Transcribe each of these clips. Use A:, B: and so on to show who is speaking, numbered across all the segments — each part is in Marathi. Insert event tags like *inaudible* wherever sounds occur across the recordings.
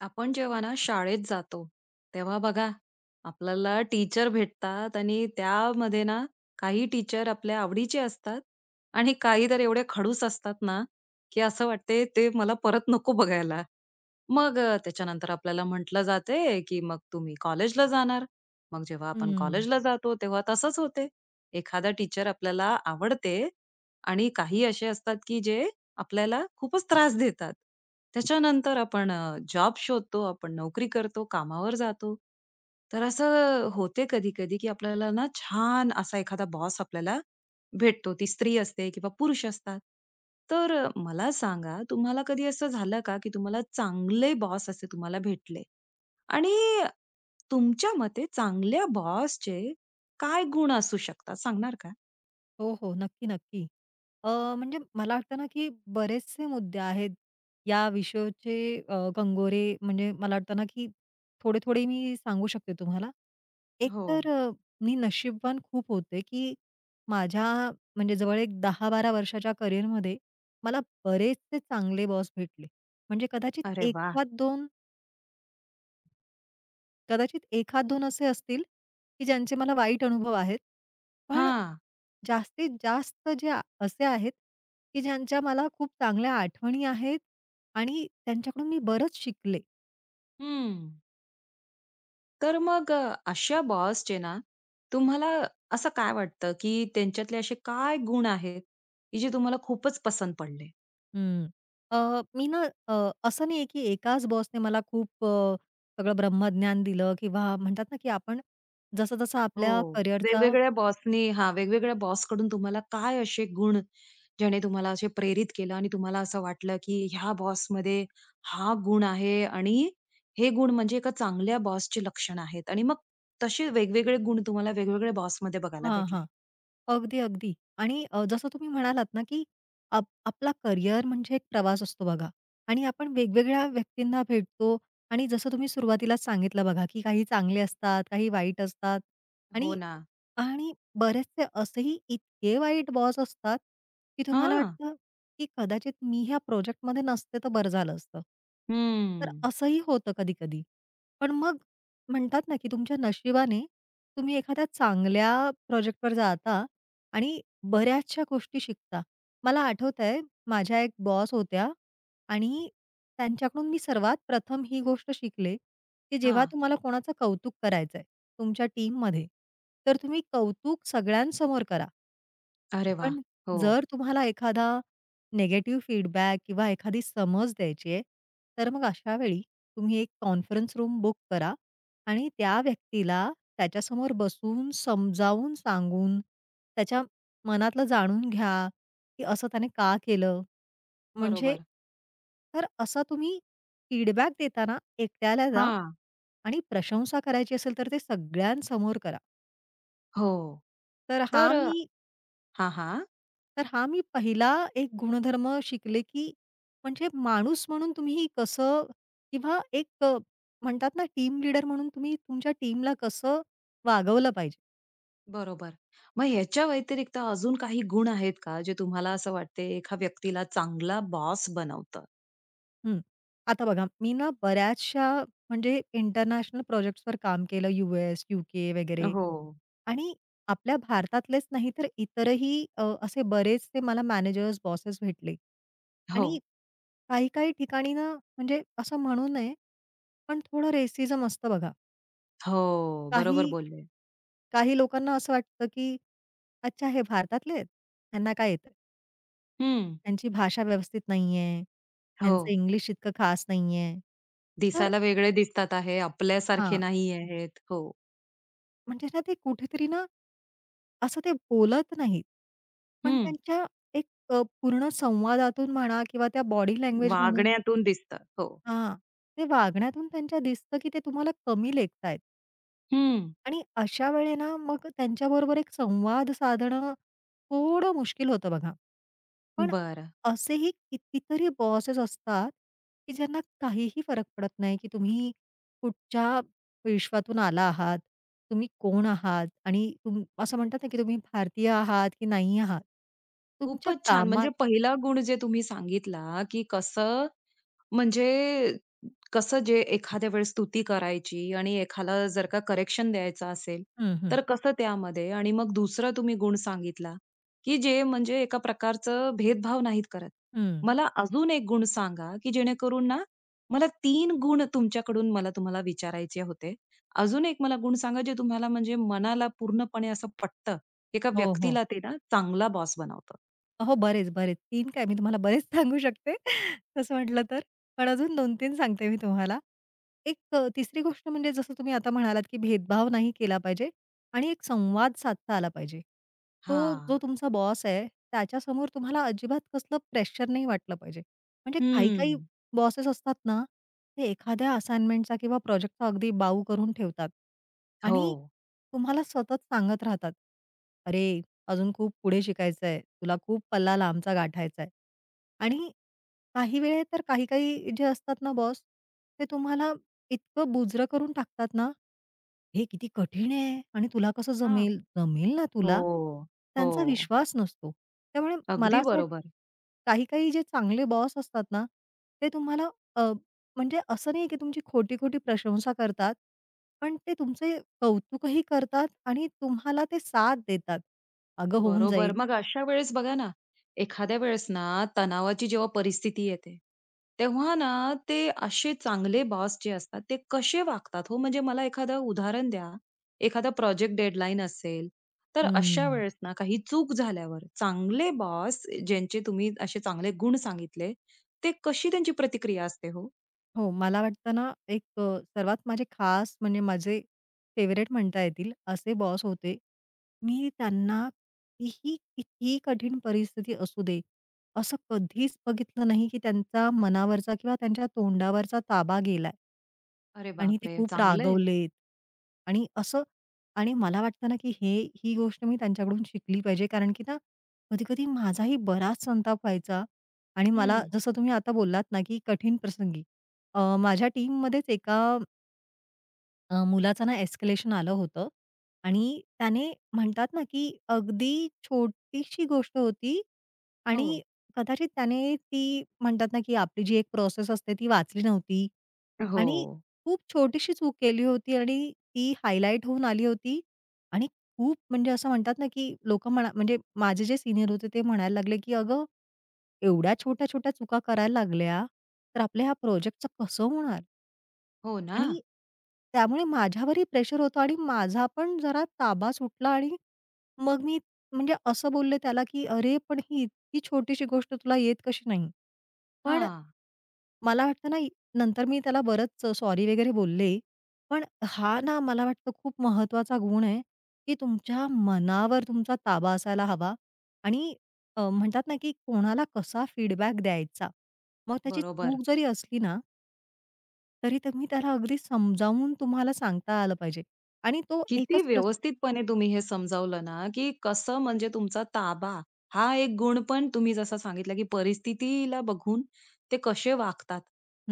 A: आपण जेव्हा ना शाळेत जातो, तेव्हा बघा आपल्याला टीचर भेटतात आणि त्यामध्ये ना काही टीचर आपल्या आवडीचे असतात आणि काही तर एवढे खडूस असतात ना, की असं वाटते ते मला परत नको बघायला. मग त्याच्यानंतर आपल्याला म्हटलं जाते, की "मग तुम्ही कॉलेजला जाणार." मग जेव्हा आपण
B: हं.
A: कॉलेजला जातो, तेव्हा तसंच होते. एखादा टीचर आपल्याला आवडते आणि काही असे असतात, की जे आपल्याला खूपच त्रास देतात. त्याच्यानंतर आपण जॉब शोधतो, आपण नोकरी करतो, कामावर जातो. तर असं होते कधी-कधी, की आपल्याला ना छान असा एखादा बॉस आपल्याला भेटतो. ती स्त्री असते किंवा पुरुष असतात. तर मला सांगा, तुम्हाला कधी असं झालं का, की तुम्हाला चांगले बॉस असे तुम्हाला भेटले? आणि तुमच्या मते चांगल्या बॉसचे काय गुण असू शकतात? सांगणार का?
B: हो, हो. नक्की, नक्की. अ, म्हणजे मला वाटतं ना, की बरेचसे मुद्दे आहेत या विषयाचे कंगोरे म्हणजे मला वाटतं ना, की थोडे-थोडे मी सांगू शकते तुम्हाला. एक
A: हो.
B: तर मी नशीबवान खूप होते, की माझ्या म्हणजे जवळ एक 10-12 वर्षाच्या करिअरमध्ये मला बरेचसे चांगले बॉस भेटले. म्हणजे कदाचित
A: अरे
B: एक
A: वाह!
B: दोन कदाचित एक आध दोन असे असतील, की ज्यांचे मला वाईट अनुभव आहेत. पण
A: हां.
B: जास्तीत जास्त जे असे आहेत, की ज्यांच्या मला खूप चांगल्या आठवणी आहेत आणि त्यांच्याकडून मी बरंच शिकले.
A: हं. तर मग अशा बॉसचे ना, तुम्हाला असं काय वाटतं, की त्यांच्यातले असे काय गुण आहेत, की जे तुम्हाला खूपच पसंत पडले?
B: हं. अ, मी ना अ, असं नाहीये, की एकाच बॉसने मला खूप सगळं ब्रह्मज्ञान दिलं किंवा म्हणतात ना, की आपण जसं-जसं
A: हो.
B: आपल्या करिअरचा
A: वेगवेगळ्या बॉसनी हां, वेगवेगळ्या बॉसकडून तुम्हाला काय असे गुण, ज्याने तुम्हाला असे प्रेरित केलं आणि तुम्हाला असं वाटलं, की ह्या बॉसमध्ये हा गुण आहे आणि हे गुण म्हणजे एका चांगल्या बॉसचे लक्षण आहेत आणि मग तसे वेगवेगळे गुण तुम्हाला वेगवेगळ्या बॉसमध्ये बघायला
B: हां, हां.
A: भेटले?
B: अगदी, अगदी. आणि जसं तुम्ही म्हणालात ना, की आपला करिअर म्हणजे एक प्रवास असतो बघा आणि आपण वेगवेगळ्या व्यक्तींना भेटतो आणि जसं तुम्ही सुरुवातीलाच सांगितलं बघा, की काही चांगले असतात, काही वाईट असतात
A: हो
B: आणि
A: ना.
B: आणि बरेचसे असेही इतके वाईट बॉस असतात, की तुम्हाला
A: हां.
B: वाटतं, की कदाचित मी ह्या प्रोजेक्टमध्ये नसते तर बरं झालं असतं. तर
A: हम्म.
B: असंही होतं कधी-कधी. पण मग म्हणतात ना, की तुमच्या नशिबाने तुम्ही एखाद्या चांगल्या प्रोजेक्टवर जाता आणि बऱ्याचशा गोष्टी शिकता. मला आठवतंय माझ्या एक बॉस होत्या आणि त्यांच्याकडून मी सर्वात प्रथम ही गोष्ट शिकले, की जेव्हा
A: हां.
B: तुम्हाला कोणाचं कौतुक करायचंय तुमच्या टीममध्ये, तर तुम्ही कौतुक सगळ्यांसमोर करा.
A: अरे वाह!
B: पण
A: हो.
B: जर तुम्हाला एखादा निगेटिव्ह फीडबॅक किंवा एखादी समज द्यायची आहे, तर मग अशा वेळी तुम्ही एक कॉन्फरन्स रूम बुक करा आणि त्या व्यक्तीला त्याच्यासमोर बसून समजावून सांगून त्याच्या मनातलं जाणून घ्या, की असं त्याने का केलं? म्हणजे
A: बरोबर.
B: तर असा तुम्ही फीडबॅक देताना एकट्याला जा
A: हां.
B: आणि प्रशंसा करायची असेल तर ते सगळ्यांसमोर करा.
A: हो.
B: तर हा
A: तर
B: मी
A: हां, हां.
B: तर हा मी पहिला एक गुणधर्म शिकले, की म्हणजे माणूस म्हणून तुम्ही कसं किंवा एक म्हणतात ना टीम लीडर म्हणून तुम्ही तुमच्या टीमला कसं वागवलं पाहिजे.
A: बरोबर. मग ह्याच्या व्यतिरिक्त अजून काही गुण आहेत का, जे तुम्हाला असं वाटते एका व्यक्तीला चांगला बॉस बनवतं?
B: हं. आता बघा मी ना बऱ्याचशा म्हणजे इंटरनॅशनल प्रोजेक्ट्सवर काम केलं यू-एस, यू-के वगैरे
A: हो.
B: आणि आपल्या भारतातलेच नाही तर इतरही असे बरेचसे मला मॅनेजर्स, बॉसेस भेटले.
A: हो.
B: आणि काही-काही ठिकाणी ना म्हणजे असं म्हणू नये, पण थोडं रेसिझम असतं बघा.
A: हो. बरोबर
B: काही
A: बोलले.
B: काही लोकांना असं वाटतं, की अच्छा हे भारतातले आहेत, ह्यांना काय येतंय?
A: हं.
B: त्यांची भाषा व्यवस्थित नाहीये,
A: हो.
B: त्यांचं इंग्लिश इतकं खास नाहीये. तर
A: दिसायला वेगळे दिसतात आहे, आपल्यासारखे
B: हां,
A: नाही आहेत. हो.
B: म्हणजे ना ते कुठेतरी ना असं ते बोलत नाहीत. पण
A: हं.
B: त्यांच्या एक पूर्ण संवादातून म्हणा किंवा त्या बॉडी लँग्वेज म्हणून
A: वागण्यातून दिसतं. हो.
B: हां, ते वागण्यातून त्यांच्या दिसतं, की ते तुम्हाला कमी लेखतायत.
A: हं.
B: आणि अशा वेळे ना मग त्यांच्याबरोबर एक संवाद साधणं थोडं मुश्किल होतं बघा. पण
A: बरं.
B: असेही कितीतरी बॉसेस असतात, की ज्यांना काहीही फरक पडत नाही, की तुम्ही कुठच्या विश्वातून आला आहात, तुम्ही कोण आहात आणि असं म्हणतात ना, की तुम्ही भारतीय आहात की नाही आहात. तुमच्या
A: खूपच छान.
B: कामात
A: म्हणजे पहिला गुण जे तुम्ही सांगितला, की कसं म्हणजे कसं जे एखाद्या वेळेस स्तुती करायची आणि एखाला जर का करेक्शन द्यायचं असेल,
B: हं, हं,
A: तर कसं त्यामध्ये? आणि मग दुसरा तुम्ही गुण सांगितला, की जे म्हणजे एका प्रकारचं भेदभाव नाहीत करत.
B: हं.
A: मला अजून एक गुण सांगा, की जेणेकरून ना मला 3 गुण तुमच्याकडून मला तुम्हाला विचारायचे होते. अजून एक मला गुण सांगा, जे तुम्हाला म्हणजे मनाला पूर्णपणे असं पटतं. एका
B: हो, हो.
A: व्यक्तीला ते ना चांगला बॉस बनवतं.
B: हो, बरेच, बरेच. तीन काय मी तुम्हाला बरेच सांगू शकते *laughs* तसं म्हटलं तर. पण अजून 2-3 सांगते मी तुम्हाला. एक तिसरी गोष्ट म्हणजे जसं तुम्ही आता म्हणालात, की भेदभाव नाही केला पाहिजे आणि एक संवाद साधता आला पाहिजे. तो
A: हां.
B: जो तुमचा बॉस आहे, त्याच्यासमोर तुम्हाला अजिबात कसलं प्रेशर नाही वाटलं पाहिजे. म्हणजे काही-काही
A: हं.
B: बॉसेस असतात ना, ते एखाद्या असाइनमेंटचा किंवा प्रोजेक्टचा अगदी बाऊ करून ठेवतात
A: हो.
B: आणि तुम्हाला सतत सांगत राहतात, "अरे अजून खूप पुढे शिकायचंय, तुला खूप पल्ला लांबचा गाठायचा आहे. आणि काही वेळे तर काही-काही जे असतात ना बॉस, ते तुम्हाला इतकं बुजरं करून टाकतात ना, हे किती कठीण आहे आणि तुला कसं
A: हां.
B: जमेल? जमेल ना तुला.
A: हो. हो.
B: त्यांचा विश्वास नसतो. त्यामुळे मला
A: अगदी
B: असं वाटतं
A: बरोबर.
B: काही-काही जे चांगले बॉस असतात ना, ते तुम्हाला अ, म्हणजे असं नाही की तुमची खोटी-खोटी प्रशंसा करतात, पण ते तुमचे कौतुकही करतात आणि तुम्हाला ते साथ देतात. "अगं होऊन
A: बरोबर.
B: जाईल."
A: मग अशा वेळेस बघा ना, एखाद्या वेळेस ना तणावाची जेव्हा परिस्थिती येते, तेव्हा ना ते असे चांगले बॉस जे असतात, ते कसे वागतात हो? म्हणजे मला एखादं उदाहरण द्या. एखादा प्रोजेक्ट डेडलाईन असेल, तर अशा
B: हं.
A: वेळेस ना काही चूक झाल्यावर चांगले बॉस ज्यांचे तुम्ही असे चांगले गुण सांगितले, ते कशी त्यांची प्रतिक्रिया असते हो?
B: हो, मला वाटतं ना, एक सर्वात माझे खास म्हणजे माझे फेव्हरेट म्हणता येतील असे बॉस होते. मी त्यांना कितीही, कितीही कठीण परिस्थिती असू दे, असं कधीच बघितलं नाही, की त्यांचा मनावरचा किंवा त्यांच्या तोंडावरचा ताबा गेलाय.
A: अरे
B: आणि ते
A: बापरे!
B: खूप
A: चांगलं आहे.
B: रागवलेत आणि असं आणि मला वाटतं ना, की हे ही गोष्ट मी त्यांच्याकडून शिकली पाहिजे. कारण की ना, कधी-कधी माझाही बराच संताप व्हायचा आणि मला जसं तुम्ही आता बोललात ना, की कठीण प्रसंगी माझ्या टीममध्येच एका मुलाचं ना एस्केलेशन आलं होतं आणि त्याने म्हणतात ना, की अगदी छोटीशी गोष्ट होती
A: हो.
B: आणि कदाचित त्याने ती म्हणतात ना, की आपली जी एक प्रोसेस असते ती वाचली नव्हती.
A: हो.
B: आणि खूप छोटीशी चूक केली होती आणि ती हायलाइट होऊन आली होती आणि खूप म्हणजे असं म्हणतात ना, की लोकं म्हणा म्हणजे माझे जे सीनियर होते ते म्हणायला लागले, की "अगं, एवढ्या छोट्या-छोट्या चुका करायला लागल्या, तर आपल्या ह्या प्रोजेक्टचं कसं होणार?"
A: हो ना?
B: आणि त्यामुळे माझ्यावरही प्रेशर होतं आणि माझा पण जरा ताबा सुटला आणि मग मी म्हणजे असं बोलले त्याला, की "अरे, पण ही इतकी छोटीशी गोष्ट तुला येत कशी नाही?" पण
A: हां.
B: मला वाटतं ना, नंतर मी त्याला बरंच सॉरी वगैरे बोलले. पण हा ना, मला वाटतं खूप महत्त्वाचा गुण आहे, की तुमच्या मनावर तुमचा ताबा असायला हवा आणि म्हणतात ना, की कोणाला कसा फीडबॅक द्यायचा. मग त्याची
A: बरोबर.
B: चूक जरी असली ना, तरी तुम्ही त्याला अगदी समजावून तुम्हाला सांगता आलं पाहिजे आणि तो
A: किती
B: एकच
A: व्यवस्थितपणे तुम्ही हे समजावलं ना, की कसं म्हणजे तुमचा ताबा हा एक गुण पण तुम्ही जसा सांगितला, की परिस्थितीला बघून ते कसे वागतात.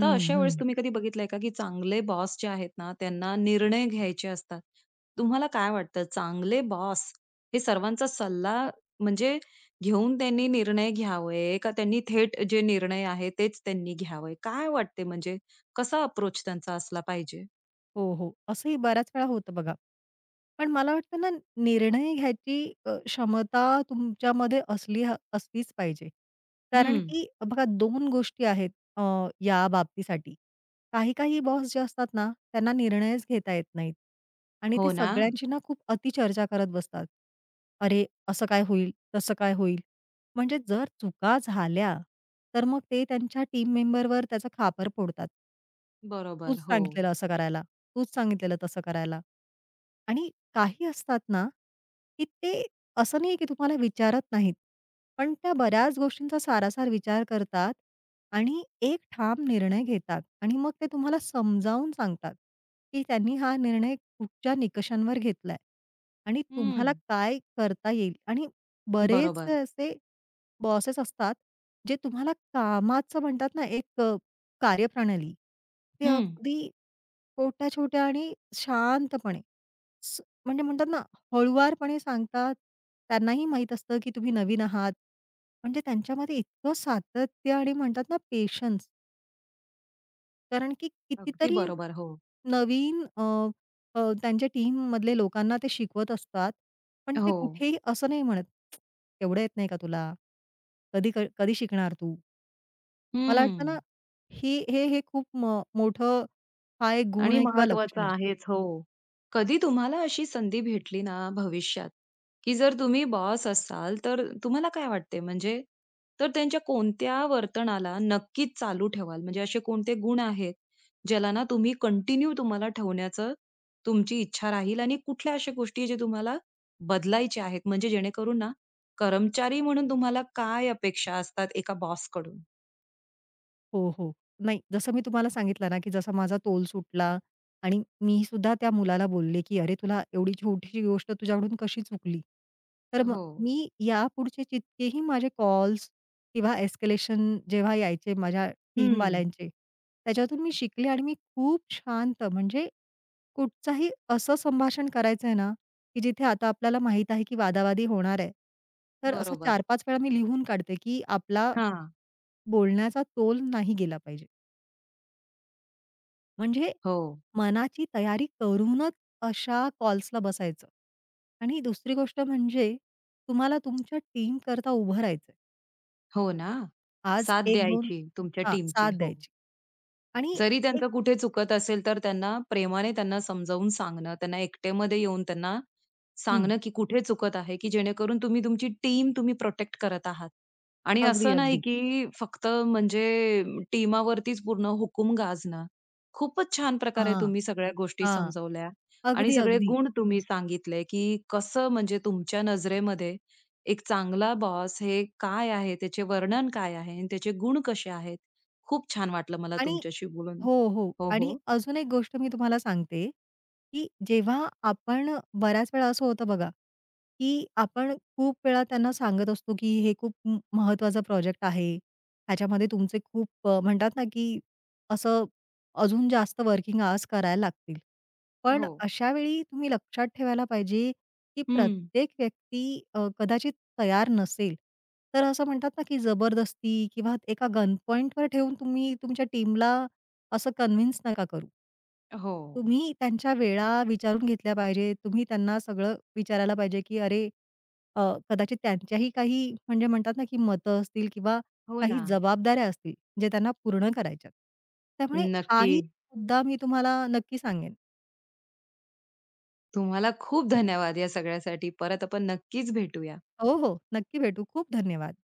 A: तर अशा वेळेस तुम्ही कधी बघितलंय का, की चांगले बॉस जे आहेत ना, त्यांना निर्णय घ्यायचे असतात. तुम्हाला काय वाटतं चांगले बॉस हे सर्वांचा सल्ला म्हणजे घेऊन त्यांनी निर्णय घ्यावे का त्यांनी थेट जे निर्णय आहे तेच त्यांनी घ्यावे? काय वाटते म्हणजे कसा अप्रोच त्यांचा असला पाहिजे?
B: हो, हो. असंही बऱ्याच वेळा होतं बघा. पण मला वाटतं ना निर्णय घ्यायची क्षमता तुमच्यामध्ये असलीच पाहिजे. कारण
A: हं.
B: की बघा दोन गोष्टी आहेत अ, या बाबतीसाठी. काही-काही बॉस जे असतात ना, त्यांना निर्णयच घेता येत नाहीत आणि ते
A: हो ना.
B: सगळ्यांची ना खूप अतिचर्चा करत बसतात. "अरे, असं काय होईल? तसं काय होईल?" म्हणजे जर चुका झाल्या, तर मग ते त्यांच्या टीम मेंबरवर त्याचा खापर फोडतात. तूच
A: बरोबर. हो.
B: सांगितलेलं असं करायला, तूच सांगितलेलं तसं करायला. आणि काही असतात ना, की ते असं नाहीये की तुम्हाला विचारत नाहीत. पण त्या बऱ्याच गोष्टींचा सारासार विचार करतात आणि एक ठाम निर्णय घेतात आणि मग ते तुम्हाला समजावून सांगतात, की त्यांनी हा निर्णय कुठच्या निकषांवर घेतलाय आणि तुम्हाला
A: हं.
B: काय करता येईल आणि बरेचसे
A: बरोबर.
B: असे बॉसेस असतात, जे तुम्हाला कामाचं म्हणतात ना एक कार्यप्रणाली, ते
A: हं.
B: अगदी छोट्या-छोट्या आणि शांतपणे म्हणजे म्हणतात ना हळुवारपणे सांगतात. त्यांनाही माहीत असतं, की तुम्ही नवीन आहात. म्हणजे त्यांच्यामध्ये इतकं सातत्य आणि म्हणतात ना पेशन्स कारण की
A: अगदी
B: कितीतरी
A: बरोबर. हो.
B: नवीन अ, अ, त्यांच्या टीममधले लोकांना ते शिकवत असतात. पण ते
A: हो.
B: कुठेही असं नाही म्हणत, "एवढं येत नाही का तुला? कधी शिकणार तू?" मला
A: हं.
B: वाटतं ना, हे हे हे खूप मोठं हा एक गुण
A: आणि
B: आहे किंवा
A: महत्वाचं
B: लक्षण आहे.
A: आहेच. हो. कधी तुम्हाला अशी संधी भेटली ना भविष्यात, की जर तुम्ही बॉस असाल, तर तुम्हाला काय वाटते म्हणजे तर त्यांच्या कोणत्या वर्तनाला नक्कीच चालू ठेवाल? म्हणजे असे कोणते गुण आहेत, ज्याला ना तुम्ही कंटिन्यू तुम्हाला ठेवण्याचं तुमची इच्छा राहील आणि कुठल्या अशा गोष्टी जे तुम्हाला बदलायच्या आहेत? म्हणजे जेणेकरून ना कर्मचारी म्हणून तुम्हाला काय अपेक्षा असतात एका बॉसकडून?
B: हो, हो. नाही, जसं मी तुम्हाला सांगितलं ना, की जसा माझा तोल सुटला आणि मी सुद्धा त्या मुलाला बोलले, की "अरे, तुला एवढी छोटीशी गोष्ट तुझ्याकडून कशी चुकली?" तर मग
A: हो.
B: मी यापुढचे जितकेही माझे कॉल्स किंवा एस्केलेशन जेव्हा यायचे माझ्या
A: हं.
B: टीमवाल्यांचे, त्याच्यातून मी शिकले आणि मी खूप शांत म्हणजे कुठचाही असं संभाषण करायचं आहे ना, की जिथे आता आपल्याला माहीत आहे, की वादावादी होणार आहे. तर असं
A: बरोबर.
B: 4-5 वेळा मी लिहून काढते, की आपला
A: हां.
B: बोलण्याचा तोल नाही गेला पाहिजे. म्हणजे
A: हो.
B: मनाची तयारी करूनच अशा कॉल्सला बसायचं. आणि दुसरी गोष्ट म्हणजे तुम्हाला तुमच्या टीमकरता उभं राहायचंय.
A: हो ना.
B: आज
A: साथ
B: एक दोन
A: द्यायची तुमच्या
B: हां,
A: टीमची.
B: साथ
A: हो.
B: द्यायची आणि
A: जरी
B: एक
A: त्यांचं कुठे चुकत असेल, तर त्यांना प्रेमाने त्यांना समजावून सांगणं, त्यांना एकटेमध्ये येऊन त्यांना
B: हं.
A: सांगणं, की कुठे चुकत आहे, की जेणेकरून तुम्ही तुमची टीम तुम्ही प्रोटेक्ट करत आहात. आणि
B: अगदी,
A: असं नाही,
B: अगदी.
A: की फक्त म्हणजे टीमावरतीच पूर्ण हुकूम गाजणं. खूपच छान प्रकारे
B: हां,
A: तुम्ही सगळ्या गोष्टी
B: हां.
A: समजवल्या आणि
B: अगदी,
A: सगळे
B: अगदी.
A: गुण तुम्ही सांगितले, की कसं म्हणजे तुमच्या नजरेमध्ये एक चांगला बॉस हे काय आहे, त्याचे वर्णन काय आहे आणि त्याचे गुण कसे आहेत. खूप छान वाटलं मला
B: आणि
A: तुमच्याशी बोलून.
B: हो, हो.
A: हो,
B: आणि
A: हो.
B: अजून एक गोष्ट मी तुम्हाला सांगते, की जेव्हा आपण बऱ्याच वेळा असं होतं बघा, की आपण खूप वेळा त्यांना सांगत असतो, की हे खूप महत्वाचा प्रोजेक्ट आहे. ह्याच्यामध्ये तुमचे खूप म्हणतात ना, की असं अजून जास्त वर्किंग आवर्स करायला लागतील. पण
A: हो.
B: अशा वेळी तुम्ही लक्षात ठेवायला पाहिजे, की
A: हं.
B: प्रत्येक व्यक्ती कदाचित तयार नसेल. तर असं म्हणतात ना, की जबरदस्ती किंवा एका गन पॉइंटवर ठेवून तुम्ही तुमच्या टीमला असं कन्व्हिन्स नका करू.
A: हो.
B: तुम्ही त्यांच्या वेळा विचारून घेतल्या पाहिजेत. तुम्ही त्यांना सगळं विचारायला पाहिजे, की अरे अ, कदाचित त्यांच्याही काही म्हणजे म्हणतात ना, की मतं असतील किंवा
A: हो
B: काही
A: ना.
B: जबाबदाऱ्या असतील, जे त्यांना पूर्ण करायच्यात. त्यामुळे
A: नक्की.
B: हाही मुद्दा मी तुम्हाला नक्की सांगेन.
A: तुम्हाला खूप धन्यवाद या सगळ्यासाठी. परत आपण नक्कीच भेटूया.
B: हो, हो. नक्की भेटू. खूप धन्यवाद.